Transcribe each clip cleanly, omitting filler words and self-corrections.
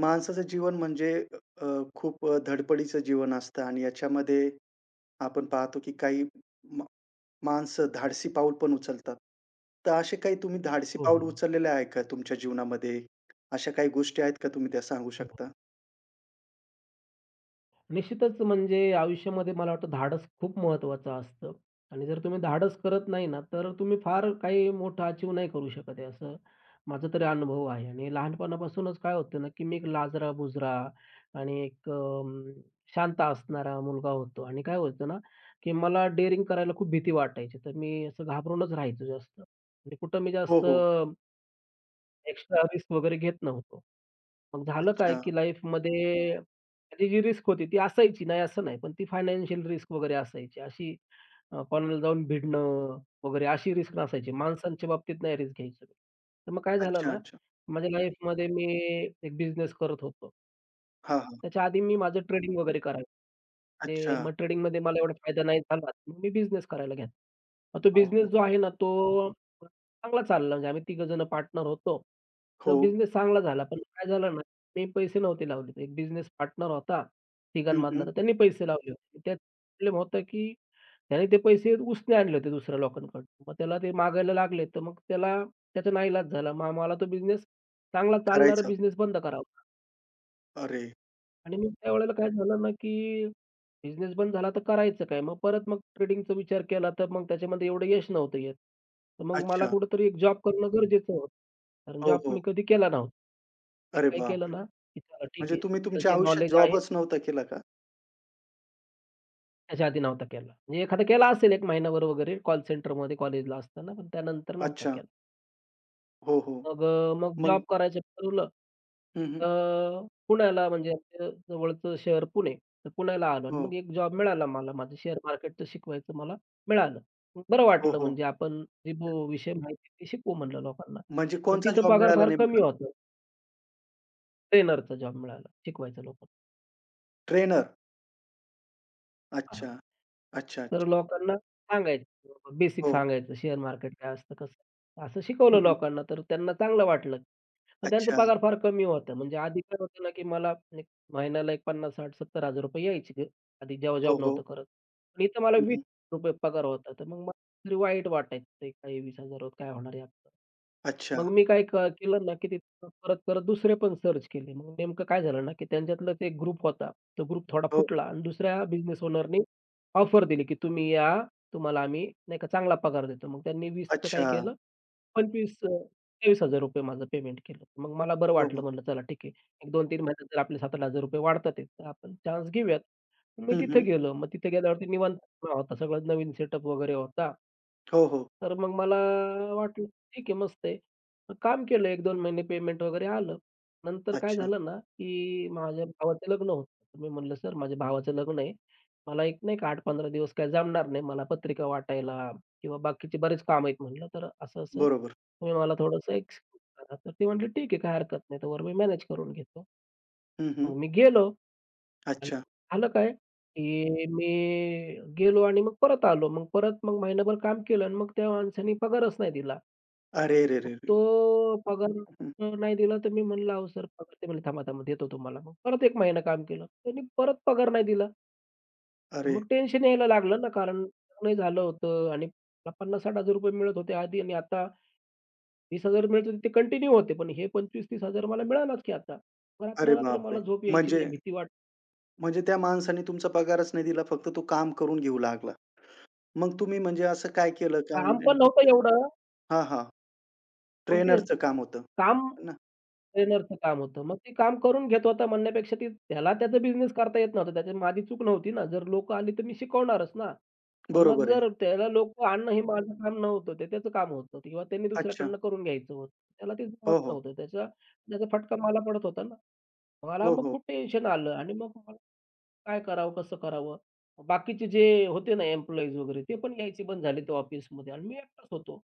माणसाचं जीवन म्हणजे अ, खूप धडपडीचं जीवन असतं आणि याच्यामध्ये आपण पाहतो की काही मा माणसं धाडसी पाऊल पण उचलतात. तर असे काही तुम्ही धाडसी हो, पाऊल हो, हो, उचललेले आहे का तुमच्या जीवनामध्ये? अशा काही गोष्टी आहेत का तुम्ही त्या सांगू हो. शकता? हो. निश्चितच म्हणजे आयुष्यामध्ये मला वाटतं धाडस खूप महत्त्वाचं असतं आणि जर तुम्ही धाडस करत नाही ना, तर तुम्ही फार काही मोठं अचीव्ह नाही करू शकत आहे, असं माझा तरी अनुभव आहे. आणि लहानपणापासूनच काय होतं ना, की मी एक लाजरा-बुजरा आणि एक शांत असणारा मुलगा होतो आणि काय व्हायचं ना, की मला डेअरिंग करायला खूप भीती वाटायची. तर मी असं घाबरूनच राहायचो जास्त आणि कुठं मी हो, जास्त हो. एक्स्ट्रा रिस्क वगैरे घेत नव्हतो. मग झालं काय, अच्छा. की लाईफमध्ये माझी जी रिस्क होती ती असायची, नाही असं नाही, पण ती फायनान्शियल रिस्क वगैरे असायची. अशी कोणाला जाऊन भिडणं वगैरे अशी रिस्क नसायची. माणसांच्या बाबतीत नाही रिस्क घ्यायची. तर मग काय झालं अच्छा, ना, अच्छा. माझ्या लाईफमध्ये मी एक बिझनेस करत होतो. हां, हां. त्याच्या आधी मी माझं ट्रेडिंग वगैरे करायचो. अच्छा. ते मग ट्रेडिंगमध्ये मला एवढा फायदा नाही झाला, मग मी बिझनेस करायला घेतला. मग तो हो, बिझनेस हो. जो आहे ना, तो चांगला चालला म्हणजे आम्ही तिघजण पार्टनर होतो. तर हो. बिझनेस चांगला झाला. पण काय झालं ना, मी पैसे नव्हते लावले. तर एक बिझनेस पार्टनर होता हं, तिघांमधला, हं. तर त्यांनी पैसे लावले होते. त्यात प्रॉब्लेम होता, की त्याने ते पैसे उसने आणले होते दुसऱ्या लोकांकडून. मग त्याला ते मागायला लागले, तर मग त्याला त्याचा नाईलाज झाला. मग आम्हाला तो बिझनेस चांगला चालणारा करायचं. बिझनेस बंद करावा लागला. अरे! आणि मग त्यावेळेला काय झालं ना, की बिझनेस बंद झाला तर करायचं काय? मग परत मग ट्रेडिंगचा विचार केला, तर मग त्याच्यामध्ये एवढं यश नव्हतं येत. तर मग मला अच्छा. कुठेतरी एक जॉब करणं गरजेचं होतं. कारण हो, जॉब हो. मी कधी केला नव्हता. मी अरे काय केलं बापरे! ना, की चला ठीक म्हणजे आहे. तुम्ही आपलं तुमच्या जे आयुष्यात नॉलेज आहे जॉबच नव्हता केला का? त्याच्या आधी नव्हता केला. म्हणजे एखादा केला असेल 1 महिनाभर वगैरे कॉल सेंटरमध्ये कॉलेजला असताना, पण त्यानंतर नव्हता अच्छा. केला. हो, हो. मग मग? जॉब करायचं ठरवलं. हं, हं. तर पुण्याला म्हणजे आमच्या जवळचं शहर पुणे. तर पुण्याला आलो आणि हो. मग एक जॉब मिळाला मला. माझं शेअर मार्केटचं शिकवायचं मला मिळालं. बरं हो, वाटलं हो. म्हणजे आपण जे भो विषय माहिती आहे ते शिकवू म्हणलं लोकांना. म्हणजे पण कोणचा तिथं जॉब पगार मिळाला फार कमी नेमका? होता. ट्रेनरचा जॉब मिळाला शिकवायचा लोकांना. ट्रेनर. अच्छा, अच्छा, तर अच्छा. लोकांना सांगायचं बेसिक हो. सांगायचं शेअर मार्केट काय असतं, कसं असं हं, शिकवलं हं. लोकांना तर त्यांना चांगलं वाटलं. मग त्यांचा अच्छा. पगार फार कमी होता. म्हणजे आधी काय होतं ना, की मला एक महिन्याला एक 50,000, 60,000, 70,000 यायचे घ- आधी जेव्हा हो, जॉब नव्हतं हो. करत. पण इथं मला हं, हं. ₹20 पगार होता. तर मग मला तरी वाईट वाटायचं, ते काही ₹20,000 काय होणार आहे आपलं? अच्छा. मग मी काय केलं ना, की ते परत दुसरे पण सर्च केले. मग नेमकं काय झालं ना, की त्यांच्यातलाच एक ग्रुप होता. तो ग्रुप थोडा हो. फुटला आणि दुसऱ्या बिझनेस ओनरनी ऑफर दिली, की तुम्ही या, तुम्हाला आम्ही नाही का चांगला पगार देतो. मग त्यांनी 20चं काय अच्छा. केलं, 25 ₹23,000 माझं पेमेंट केलं. मग मला बरं हो, वाटलं, हो. म्हटलं चला ठीक आहे. एक 2-3 महिन्यात जर आपले ₹7,000 वाढतात आहेत, तर आपण चान्स घेऊयात. मी हं, तिथे हं. गेलो. मग तिथे गेल्यावरती निवांत होता. सगळं नवीन सेटअप वगैरे होता. हो, हो. तर मग मला वाटलं, ठीक आहे, मस्त आहे. मग काम केलं एक 2 महिने पेमेंट वगैरे आलं. नंतर काय अच्छा. झालं ना, की माझ्या भावाचं लग्न होतं. तर मी म्हणलं, "सर, माझ्या भावाचं लग्न आहे. मला एक नाही का 8-15 दिवस काय जमणार नाही. मला पत्रिका वाटायला किंवा बाकीचे बरेच कामं आहेत," म्हणलं. "तर असं-असं बरोबर. तुम्ही मला थोडंसं एक्सक्यूज करा." तर ते म्हटले, "ठीक आहे, काय हरकत नाही. तोवर मी मॅनेज करून घेतो." हं, हं. मग मी गेलो आणि अच्छा. झालं काय, की मी गेलो आणि मग परत आलो. मग परत मग महिनाभर काम केलं आणि मग त्या माणसाने पगारच नाही दिला. अरे रे मग रे रे! तो पगार हं. नाही दिला तर मी म्हणलं, "अहो सर पगार" ते म्हणले, "थांबा, थांबा देतो तुम्हाला." मग परत 1 महिना काम केलं. त्यांनी परत पगार नाही दिला. आणि अरे, मग टेन्शन यायला लागलं ना, कारण लग्नही झालं होतं आणि मला 50,000-60,000 मिळत होते आधी आणि आता 20,000 मिळत होते, ते कंटिन्यू होते. पण हे 25,000-30,000 मला मिळालाच की आता. मग अरे, रात्र-रात्र बापरे! मला झोप यायची म्हणजे नाही, भीती वाट म्हणजे त्या माणसाने तुमचा पगारच नाही दिला, फक्त तो काम करून घेऊ लागला. मग तुम्ही म्हणजे असं काय केलं का काम पण नेमकं नव्हतं पुढे? एवढं. हां, हां. मग तेच ट्रेनरचं काम होतं, काम है ना? ट्रेनरचं काम होतं. मग ते काम करून घेत होता म्हणण्यापेक्षा ते त्याला त्याचा बिझनेस करता येत नव्हता. त्याच्यात माझी चूक नव्हती ना. जर लोकं आली तर मी शिकवणारच ना. पण मग बरोबर आहे. जर त्याला लोकं आणणं हे माझं काम नव्हतं, ते त्याचं काम होतं किंवा त्यांनी अच्छा. दुसऱ्याकडनं करून घ्यायचं होतं. त्याला ते हो, जमत हो. नव्हतं. त्याचा त्याचा फटका मला पडत होता ना. मला हो, मग हो. खूप टेन्शन आलं आणि मग मला काय करावं, कसं करावं? बाकीचे जे होते ना एम्प्लॉईज वगैरे ते पण यायचे बंद झाले ते ऑफिसमध्ये आणि मी एकटाच होतो.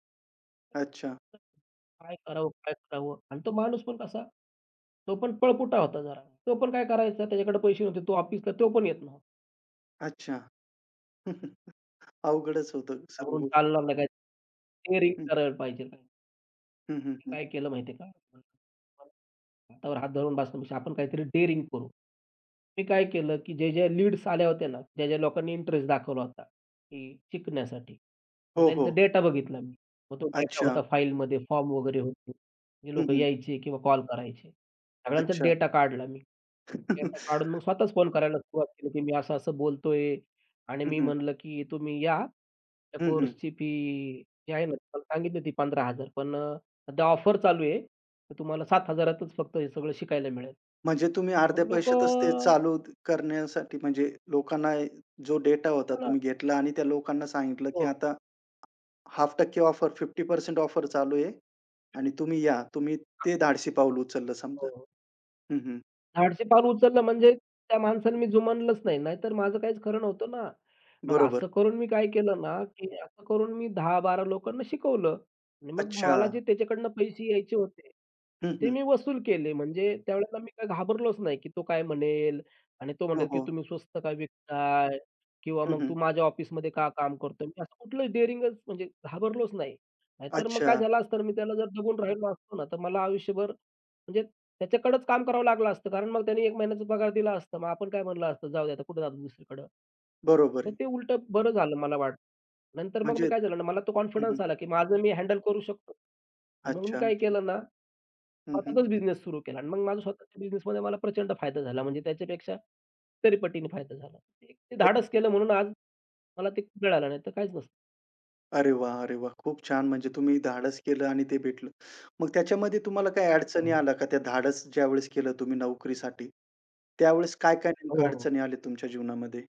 अच्छा. काय करावं, काय करावं? आणि तो माणूस पण कसा, तो पण पळपुटा होता जरा. तो पण काय करायचा, त्याच्याकडे पैसे नव्हते. तो ऑफिसला तो पण येत नव्हता. अच्छा. अवघडच होतं सर्व घाबरून गोष्टी. चालणार नाही काय. केअरिंग हं. करायला पाहिजे. हं, हं, हं. काय केलं माहिती आहे का? हातावर हात धरून बसण्यापेक्षा आपण काहीतरी डेअरिंग करू. मी काय केलं, की जे जे लीड्स आल्या होत्या ना, ज्या-ज्या लोकांनी इंटरेस्ट दाखवला होता, की शिकण्यासाठी, तर हो, हो. त्यांचा डेटा बघितला मी. मग तो डेटा अच्छा. होता फाईलमध्ये, फॉर्म वगैरे होते. जे हं, लोकं हं. यायचे किंवा कॉल करायचे. सगळ्यांचा अच्छा. डेटा काढला मी ते आता काढून मग स्वतःच फोन करायला सुरुवात केली, की मी असं-असं बोलतोय आणि हं, मी हं. म्हणलं, की तुम्ही या. त्या हं, हं. कोर्सची फी जी आहे ना, तुम्हाला सांगितली होती 15,000 सध्या ऑफर चालू आहे. तर तुम्हाला 7,000 तच फक्त हे सगळं शिकायला मिळेल. आणि म्हणजे तुम्ही अर्ध्या मग पैशातच ते लोकं चालू करण्यासाठी म्हणजे लोकांना जो डेटा होता हो, तुम्ही घेतला आणि त्या लोकांना सांगितलं, की हो. आता 0.5% ऑफर 50% ऑफर चालू आहे आणि तुम्ही या. तुम्ही ते धाडसी पाऊल उचललं समजा. हो, हो. हं, हं. झाडचे पान उचललं म्हणजे त्या माणसाने मी जुमानलंच नाही. नाहीतर माझं काहीच खरं नव्हतं ना. मग बरोबर. असं करून मी काय केलं ना, की असं करून मी 10-12 लोकांना शिकवलं आणि मग अच्छा. मला जे त्याच्याकडनं पैसे यायचे होते, हं, ते हं. मी वसूल केले. म्हणजे त्यावेळेला मी काही घाबरलोच नाही, की तो काय म्हणेल आणि तो हो, म्हणेल, की हो. तुम्ही स्वस्त का विकताय किंवा हं, मग हं. तू माझ्या ऑफिसमध्ये का काम करतोय? मी असं कुठलं डेअरिंगच म्हणजे घाबरलोच नाही. नाहीतर मग काय अच्छा. झालं असतं मी त्याला जर दबून राहिलो असतो ना, तर मला आयुष्यभर म्हणजे त्याच्याकडेच काम करावं लागलं असतं. कारण मग त्याने 1 महिन्याचा पगार दिला असता. मग आपण काय म्हणलं असतं, "जाऊ दे आता कुठे जातो दुसरीकडं." बरोबर तर आहे. ते उलटं बरं झालं मला वाटतं. नंतर मग म्हणजे मी काय झालं ना, मला तो हं, हं. कॉन्फिडन्स आला, की माझं मी हँडल करू शकतो. तर मग मी अच्छा, काय अच्छा. केलं ना, हं, हं. स्वतःचाच बिझनेस सुरू केला आणि मग माझा स्वतःच्या बिझनेसमध्ये मला प्रचंड फायदा झाला. म्हणजे त्याच्यापेक्षा कितीतरी पटीने फायदा झाला. ते ते धाडस केलं म्हणून आज मला ते मिळालं, नाहीतर काहीच नसतं. अरे वाह! अरे वाह! खूप छान. म्हणजे तुम्ही धाडस केलं आणि ते भेटलं. मग त्याच्यामध्ये तुम्हाला काही अडचणी आल्या का? त्या धाडस ज्यावेळेस केलं तुम्ही नोकरीसाठी, त्यावेळेस काय-काय नेमक्या हो, हो. अडचणी आल्या तुमच्या जीवनामध्ये?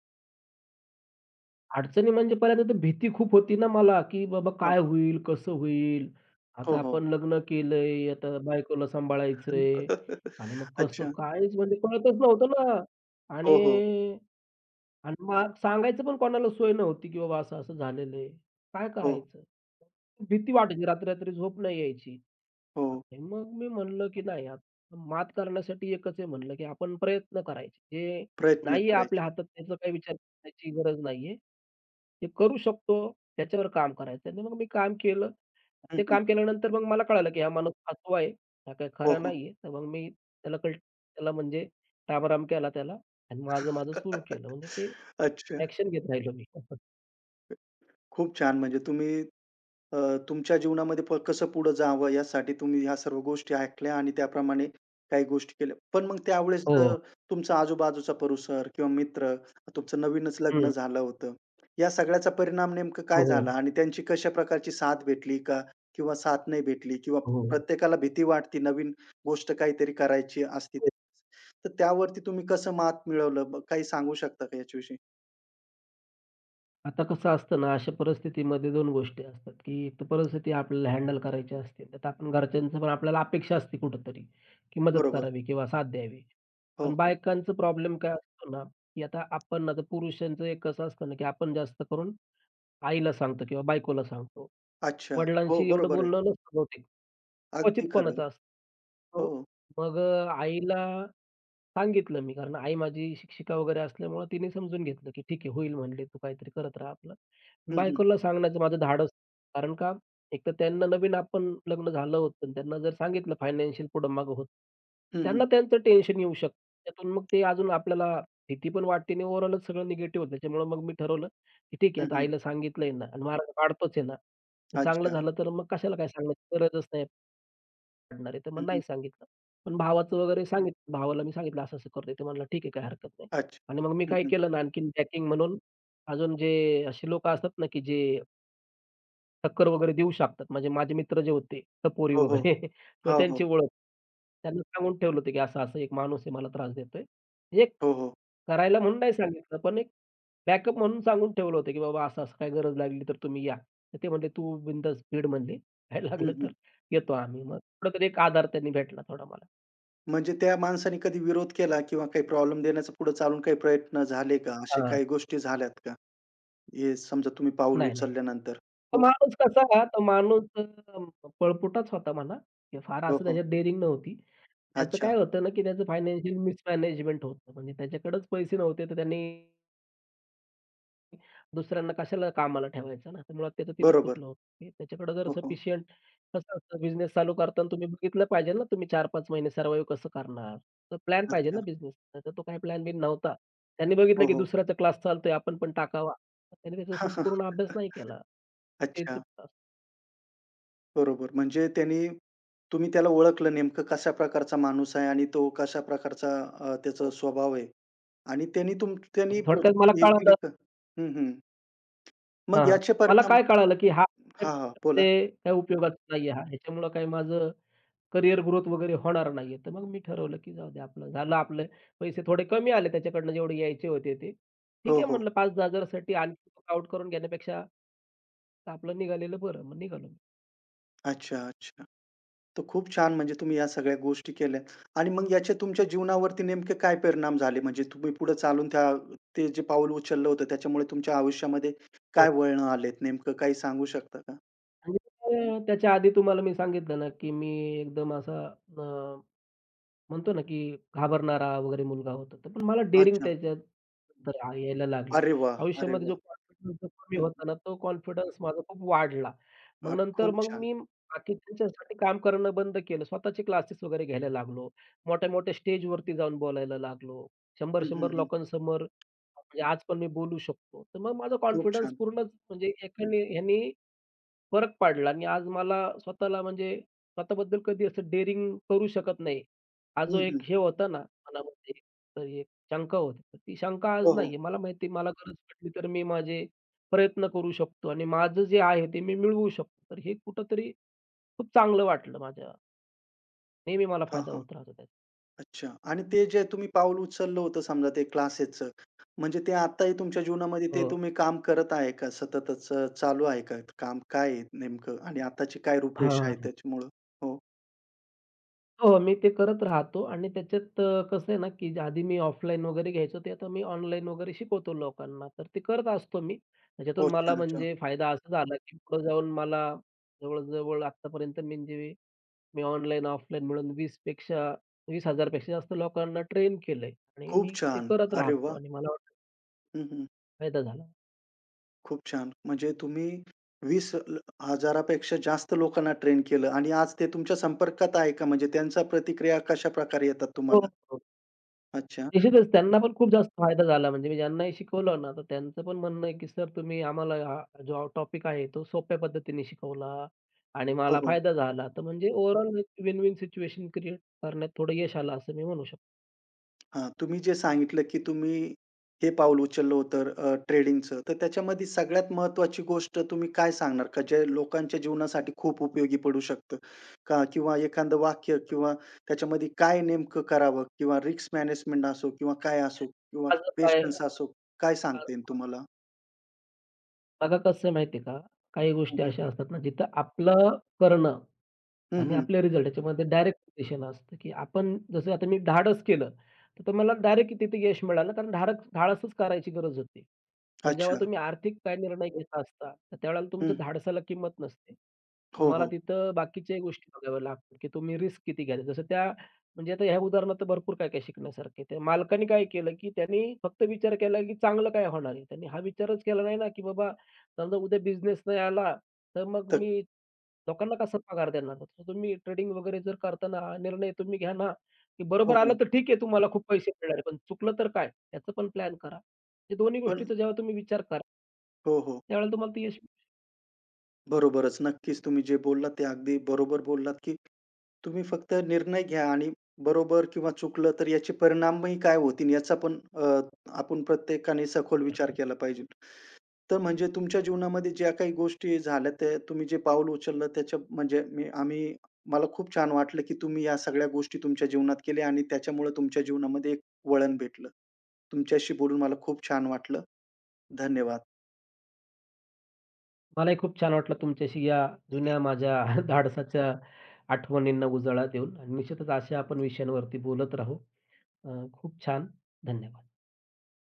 अडचणी म्हणजे पहिल्यांदा तर भीती खूप होती ना मला, की बाबा हां, काय हां. होईल? कसं होईल? हो, आता हो. आपण लग्न केलंय, आता बायकोला सांभाळायचंय आणि मग कसं अच्छा. कायच म्हणजे कळतच नव्हतं ना हो, आणि हो. आणि मग सांगायचं पण कोणाला सोय नव्हती, की बाबा असं-असं झालेलं आहे. काय हो, करायचं? भीती वाटायची, रात्री-रात्री झोप नाही यायची. हो. आणि मग मी म्हणलं, की नाही आता मात करण्यासाठी एकच आहे म्हणलं, की आपण प्रयत्न करायचे. जे प्रयत्न नाहीये आपल्या करायचे. हातात त्याचा काही विचार करण्याची गरज नाहीये. ते करू शकतो त्याच्यावर काम करायचं आणि मग मी काम केलं. हं, ते हं. काम केल्यानंतर मग मला कळालं, की हा माणूस फसवा आहे. हा काही हो, खरा हो. नाहीये. तर मग मी त्याला त्याला म्हणजे रामराम केला त्याला आणि माझं सुरू केलं. म्हणजे ते अच्छा. ॲक्शन घेत राहिलो मी. खूप छान. म्हणजे तुम्ही अ, तुमच्या जीवनामध्ये कसं पुढे जावं यासाठी तुम्ही ह्या सर्व गोष्टी ऐकल्या आणि त्याप्रमाणे काही गोष्टी केल्या. पण मग त्यावेळेस हो. तुमचा आजूबाजूचा परिसर किंवा मित्र, तुमचं नवीनच लग्न हं. झालं होतं. या सगळ्याचा परिणाम नेमकं हो, काय हो. झाला आणि त्यांची कशा प्रकारची साथ भेटली का? किंवा साथ नाही भेटली किंवा प्रत्येकाला भीती वाटते नवीन गोष्ट काहीतरी करायची असते ते. हो. तर त्यावरती तुम्ही कसं मात मिळवलं? काही सांगू शकता का याच्याविषयी? आता कसं असतं ना, अशा परिस्थितीमध्ये 2 गोष्टी असतात, की एक तर परिस्थिती आपल्याला हँडल करायची असते. त्यात आपण घरच्यांचं पण आपल्याला अपेक्षा असते कुठेतरी, की मदत बरोबर. करावी किंवा साथ द्यावी. हो, पण हो. बायकांचा प्रॉब्लेम काय असतो ना, की आता आपण आता पुरुषांचं एक कसं असतं ना, की आपण जास्त करून आईला सांगतो किंवा बायकोला सांगतो. अच्छा. हो, वडिलांशी एवढं बरोबर आहे. बोलणं नसतं बहुतेक. क्वचित अगदी खरं. कोणाचं असतं. हो. हो. आईला सांगितलं मी, कारण आई माझी शिक्षिका वगैरे असल्यामुळं तिने समजून घेतलं, की ठीक आहे होईल म्हणले, "तू काहीतरी करत राहा आपलं." पण हं, हं. बायकोला सांगण्याचं माझं धाडस कारण का एक तर त्यांना नवीन आपण लग्न झालं होतं आणि त्यांना जर सांगितलं फायनान्शियल पुढं-मागं होतं. हं, त्यांना हं. त्यांचं टेन्शन येऊ शकतं. त्यातून मग ते अजून आपल्याला भीती पण वाटते आणि ओव्हरऑलच सगळं निगेटिव्ह होतं. त्याच्यामुळं मग मी ठरवलं, की ठीक आहे हं, आता हं. आईला सांगितलंय ना आणि मार्ग काढतोच आहे ना, तर चांगलं अच्छा. झालं तर मग कशाला काय सांगण्याची गरजच नाही. काढणार आहे, तर हं, मग हं. नाही सांगितलं. पण भावाचं वगैरे सांगितलं. भावाला मी सांगितलं असं-असं करतोय. तो म्हणाला, "ठीक आहे, काही हरकत नाही." अच्छा. आणि मग मी हं, काय हं. केलं ना, आणखीन बॅकिंग म्हणून अजून जे अशी लोकं असतात ना, की जे टक्कर वगैरे देऊ शकतात. म्हणजे माझे मित्र जे होते, टपोरी हो, हो. वगैरे किंवा हो, हो. त्यांची ओळख. त्यांना सांगून ठेवलं होतं, की असं-असं एक माणूस आहे मला त्रास देतोय. म्हणजे हो, हो. करायला म्हणून नाही सांगितलं, पण एक बॅकअप म्हणून सांगून ठेवलं होतं, की बाबा असं-असं काही गरज लागली तर तुम्ही या. तर ते म्हणले, "तू बिनधास्त फिड" म्हणले, "काय हं, लागलं तर हं. येतो आम्ही." मग कुठेतरी एक आधार त्यांनी भेटला थोडा मला. म्हणजे त्या माणसाने कधी विरोध केला किंवा काही प्रॉब्लेम देण्याचा पुढे चालून काही प्रयत्न झाले का? अशा हां. काही गोष्टी झाल्यात का? हे समजा तुम्ही पाऊल नाही, नाही. उचलल्यानंतर? हो. तो माणूस पळपुटाच होता म्हणा. हे फार हो, असं हो. त्याच्यात डेअरिंग नव्हती. त्याचं अच्छा. काय होतं ना, की त्याचं फायनान्शियल मिसमॅनेजमेंट होतं. म्हणजे त्याच्याकडेच पैसे नव्हते, तर त्यांनी दुसऱ्यांना कशाला कामाला ठेवायचं ना, तर मुळात त्याचं तिथंच बरोबर. चुकलं होतं, त्याच्याकडे जर हो, हो. सफिशियंट कसं असतं बिझनेस चालू करताना तुम्ही बघितलं पाहिजे ना, तुम्ही 4-5 महिने सर्व्हाईव्ह कसं करणार? तर प्लॅन पाहिजे अच्छा. ना बिझनेस. त्याचा तो काही प्लॅन-बिन नव्हता. त्यांनी बघितलं, हो, की हो. दुसऱ्याचा क्लास चालतोय, आपण पण टाकावा. त्याने त्याचा संपूर्ण अभ्यास नाही केला. ते अच्छा. चुकतं बरोबर. म्हणजे त्यांनी तुम्ही त्याला ओळखलं नेमकं कशा प्रकारचा माणूस आहे आणि तो कशा प्रकारचा त्याचा हो. स्वभाव आहे. आणि त्यांनी त्यांनी म्हणजे थोडक्यात चूक मला हे केली कळालं का? हं, हं. हां, मग हां. याचे मला परिणाम काय कळालं, की हा हां, हां. बोला. ते काही उपयोगाचा नाहीये हा. ह्याच्यामुळं काही माझं करियर ग्रोथ वगैरे होणार नाहीये. तर मग मी ठरवलं, की जाऊ दे आपलं झालं आपले पैसे थोडे कमी आले त्याच्याकडनं जेवढे यायचे होते ते. ठीक हो, आहे हो. म्हणलं 5,000 साठी आणखी वर्कआउट करून घेण्यापेक्षा तर आपलं निघालेलं बरं. मग निघालो मी. अच्छा, अच्छा. तर खूप छान म्हणजे तुम्ही या सगळ्या गोष्टी केल्या आणि मग याचे तुमच्या जीवनावरती नेमके काय परिणाम झाले? म्हणजे तुम्ही पुढे चालून त्या ते जे पाऊल उचललं होतं त्याच्यामुळे तुमच्या आयुष्यामध्ये हो. काय वळणं आलेत? नेमकं काही सांगू शकता का? आणि त्याच्या आधी तुम्हाला मी सांगितलं ना, की मी एकदम असा म्हणतो ना, की घाबरणारा वगैरे मुलगा होता. तर पण मला डेअरिंग अच्छा. त्याच्यात तर आ यायला लागली. अरे वाह! अरे आयुष्यामध्ये वाह! जो कॉन्फिडन्स जो कमी हं. होता ना, तो कॉन्फिडन्स माझा खूप वाढला. मग अरे नंतर खूप मग छान. मी बाकीच्यांच्यासाठी काम करणं बंद केलं. स्वतःचे क्लासेस वगैरे घ्यायला लागलो. मोठ्या-मोठ्या स्टेजवरती जाऊन बोलायला लागलो. हं, हं, 100-100 हं. लोकांसमोर म्हणजे आज पण मी बोलू शकतो. तर मग माझा खूप कॉन्फिडन्स छान. पूर्णच म्हणजे एकाने ह्यानी फरक पडला आणि आज मला स्वतःला म्हणजे स्वतःबद्दल कधी असं डेअरिंग करू शकत नाही. हा हं, जो एक हं. हे होता ना मनामध्ये, तर एक शंका होती. तर ती शंका आज हो, हो. नाहीये. मला माहिती मला गरज पडली तर मी माझे प्रयत्न करू शकतो आणि माझं जे आहे ते मी मिळवू शकतो. तर हे कुठेतरी खूप चांगलं वाटलं माझ्या. नेहमी मला हां, फायदा हां. होत राहतो त्याचा. अच्छा आणि ते जे तुम्ही पाऊल उचललं होतं समजा ते क्लासेसचं, म्हणजे ते आत्ताही तुमच्या जीवनामध्ये ते हो. तुम्ही काम करत आहे का? सततच चालू आहे का? काम काय आहे नेमकं आणि आताची काय रूपरेषा हां. आहे त्याच्यामुळं? हो, हो, मी ते करत राहतो आणि त्याच्यात कसं आहे ना, की जे आधी मी ऑफलाईन वगैरे घ्यायचो, ते आता मी ऑनलाईन वगैरे शिकवतो लोकांना. तर ते करत असतो मी. त्याच्यातून हो. मला छान, छान. म्हणजे फायदा असा झाला, की पुढे जाऊन मला जवळ-जवळ आत्तापर्यंत म्हणजे मी ऑनलाईन, ऑफलाईन मिळून 20 पेक्षा 20,000 पेक्षा जास्त लोकांना ट्रेन केलंय आणि खूप मी ते छान. करत अरे राहतो वाह! आणि मला वाटतं हं, हं. फायदा झाला. खूप छान. म्हणजे तुम्ही 20 हजारापेक्षा जास्त लोकांना ट्रेन केलं आणि आज ते तुमच्या संपर्कात आहे का? म्हणजे त्यांच्या प्रतिक्रिया कशाप्रकारे येतात तुम्हाला? हो. अच्छा. निश्चितच त्यांना पण खूप जास्त फायदा झाला. म्हणजे मी ज्यांनाही शिकवलं ना, तर त्यांचं पण म्हणणं आहे, की "सर तुम्ही आम्हाला हा जो टॉपिक आहे, तो सोप्या पद्धतीने शिकवला आणि हो, मला हो. फायदा झाला." तर म्हणजे ओव्हरऑल एक विन-विन सिच्युएशन क्रिएट करण्यात थोडं यश आलं असं मी म्हणू शकतो. हां, तुम्ही जे सांगितलं, की तुम्ही हे पाऊल उचललं होतं ट्रेडिंगचं. तर त्याच्यामध्ये सगळ्यात महत्त्वाची गोष्ट तुम्ही काय सांगणार का जे लोकांच्या जीवनासाठी खूप उपयोगी पडू शकतं? का किंवा एखादं वाक्य किंवा त्याच्यामध्ये काय नेमकं करावं किंवा रिस्क मॅनेजमेंट असो किंवा काय असो किंवा आज काय पेशन्स असो, काय सांगता येईल तुम्हाला? बघा कसं आहे माहिती आहे का, काही हं, गोष्टी हं. अशा असतात ना, जिथं आपलं करणं हं, आणि हं. आपल्या रिझल्ट ह्याच्यामध्ये डायरेक्ट रिलेशन असतं, की आपण जसं आता मी धाडस केलं, तर तर मला डायरेक्ट तिथे यश मिळालं कारण धाडसच करायची गरज होती. पण जेव्हा अच्छा. तुम्ही आर्थिक काय निर्णय घेत असता, तर त्यावेळेला तुमच्या हं. धाडसाला किंमत नसते. हो, तुम्हाला हो. तिथं बाकीच्याही गोष्टी बघाव्या लागतात, की तुम्ही रिस्क किती घ्याल. जसं त्या म्हणजे आता ह्या उदाहरणात तर भरपूर काय-काय शिकण्यासारखं त्या मालकाने काय केलं, की त्यांनी फक्त विचार केला, की चांगलं काय होणार आहे. त्यांनी हा विचारच केला नाही ना, की बाबा समजा उद्या बिझनेस नाही आला, तर मग तर मी लोकांना कसा पगार देणार? तर तुम्ही ट्रेडिंग वगैरे जर करताना हा निर्णय तुम्ही घ्या ना, की हो, बरोबर आलं हो. तर ठीक आहे तुम्हाला खूप पैसे मिळणार आहे, पण चुकलं तर काय? याचं पण प्लॅन करा. हे दोन्ही पण गोष्टीचा जेव्हा तुम्ही विचार कराल, हो, हो. त्यावेळेला तुम्हाला ते यश मिळेल. बरोबरच. नक्कीच तुम्ही जे बोललात ते अगदी बरोबर बोललात, की तुम्ही फक्त निर्णय घ्या आणि बरोबर किंवा चुकलं तर याचे परिणामही काय होतील याचा पण आपण प्रत्येकाने सखोल विचार विचार करा. केला पाहिजे. तर म्हणजे तुमच्या जीवनामध्ये ज्या काही गोष्टी झाल्या त्या तुम्ही जे पाऊल उचललं त्याच्या म्हणजे मी आम्ही मला खूप छान वाटलं, की तुम्ही या सगळ्या गोष्टी तुमच्या जीवनात केल्या आणि त्याच्यामुळे तुमच्या जीवनामध्ये एक वळण भेटलं. तुमच्याशी बोलून मला खूप छान वाटलं. धन्यवाद. मलाही खूप छान वाटलं तुमच्याशी या जुन्या माझ्या धाडसाच्या आठवणींना उजाळा देऊन आणि निश्चितच अशा आपण विषयांवरती बोलत राहू. खूप छान. धन्यवाद.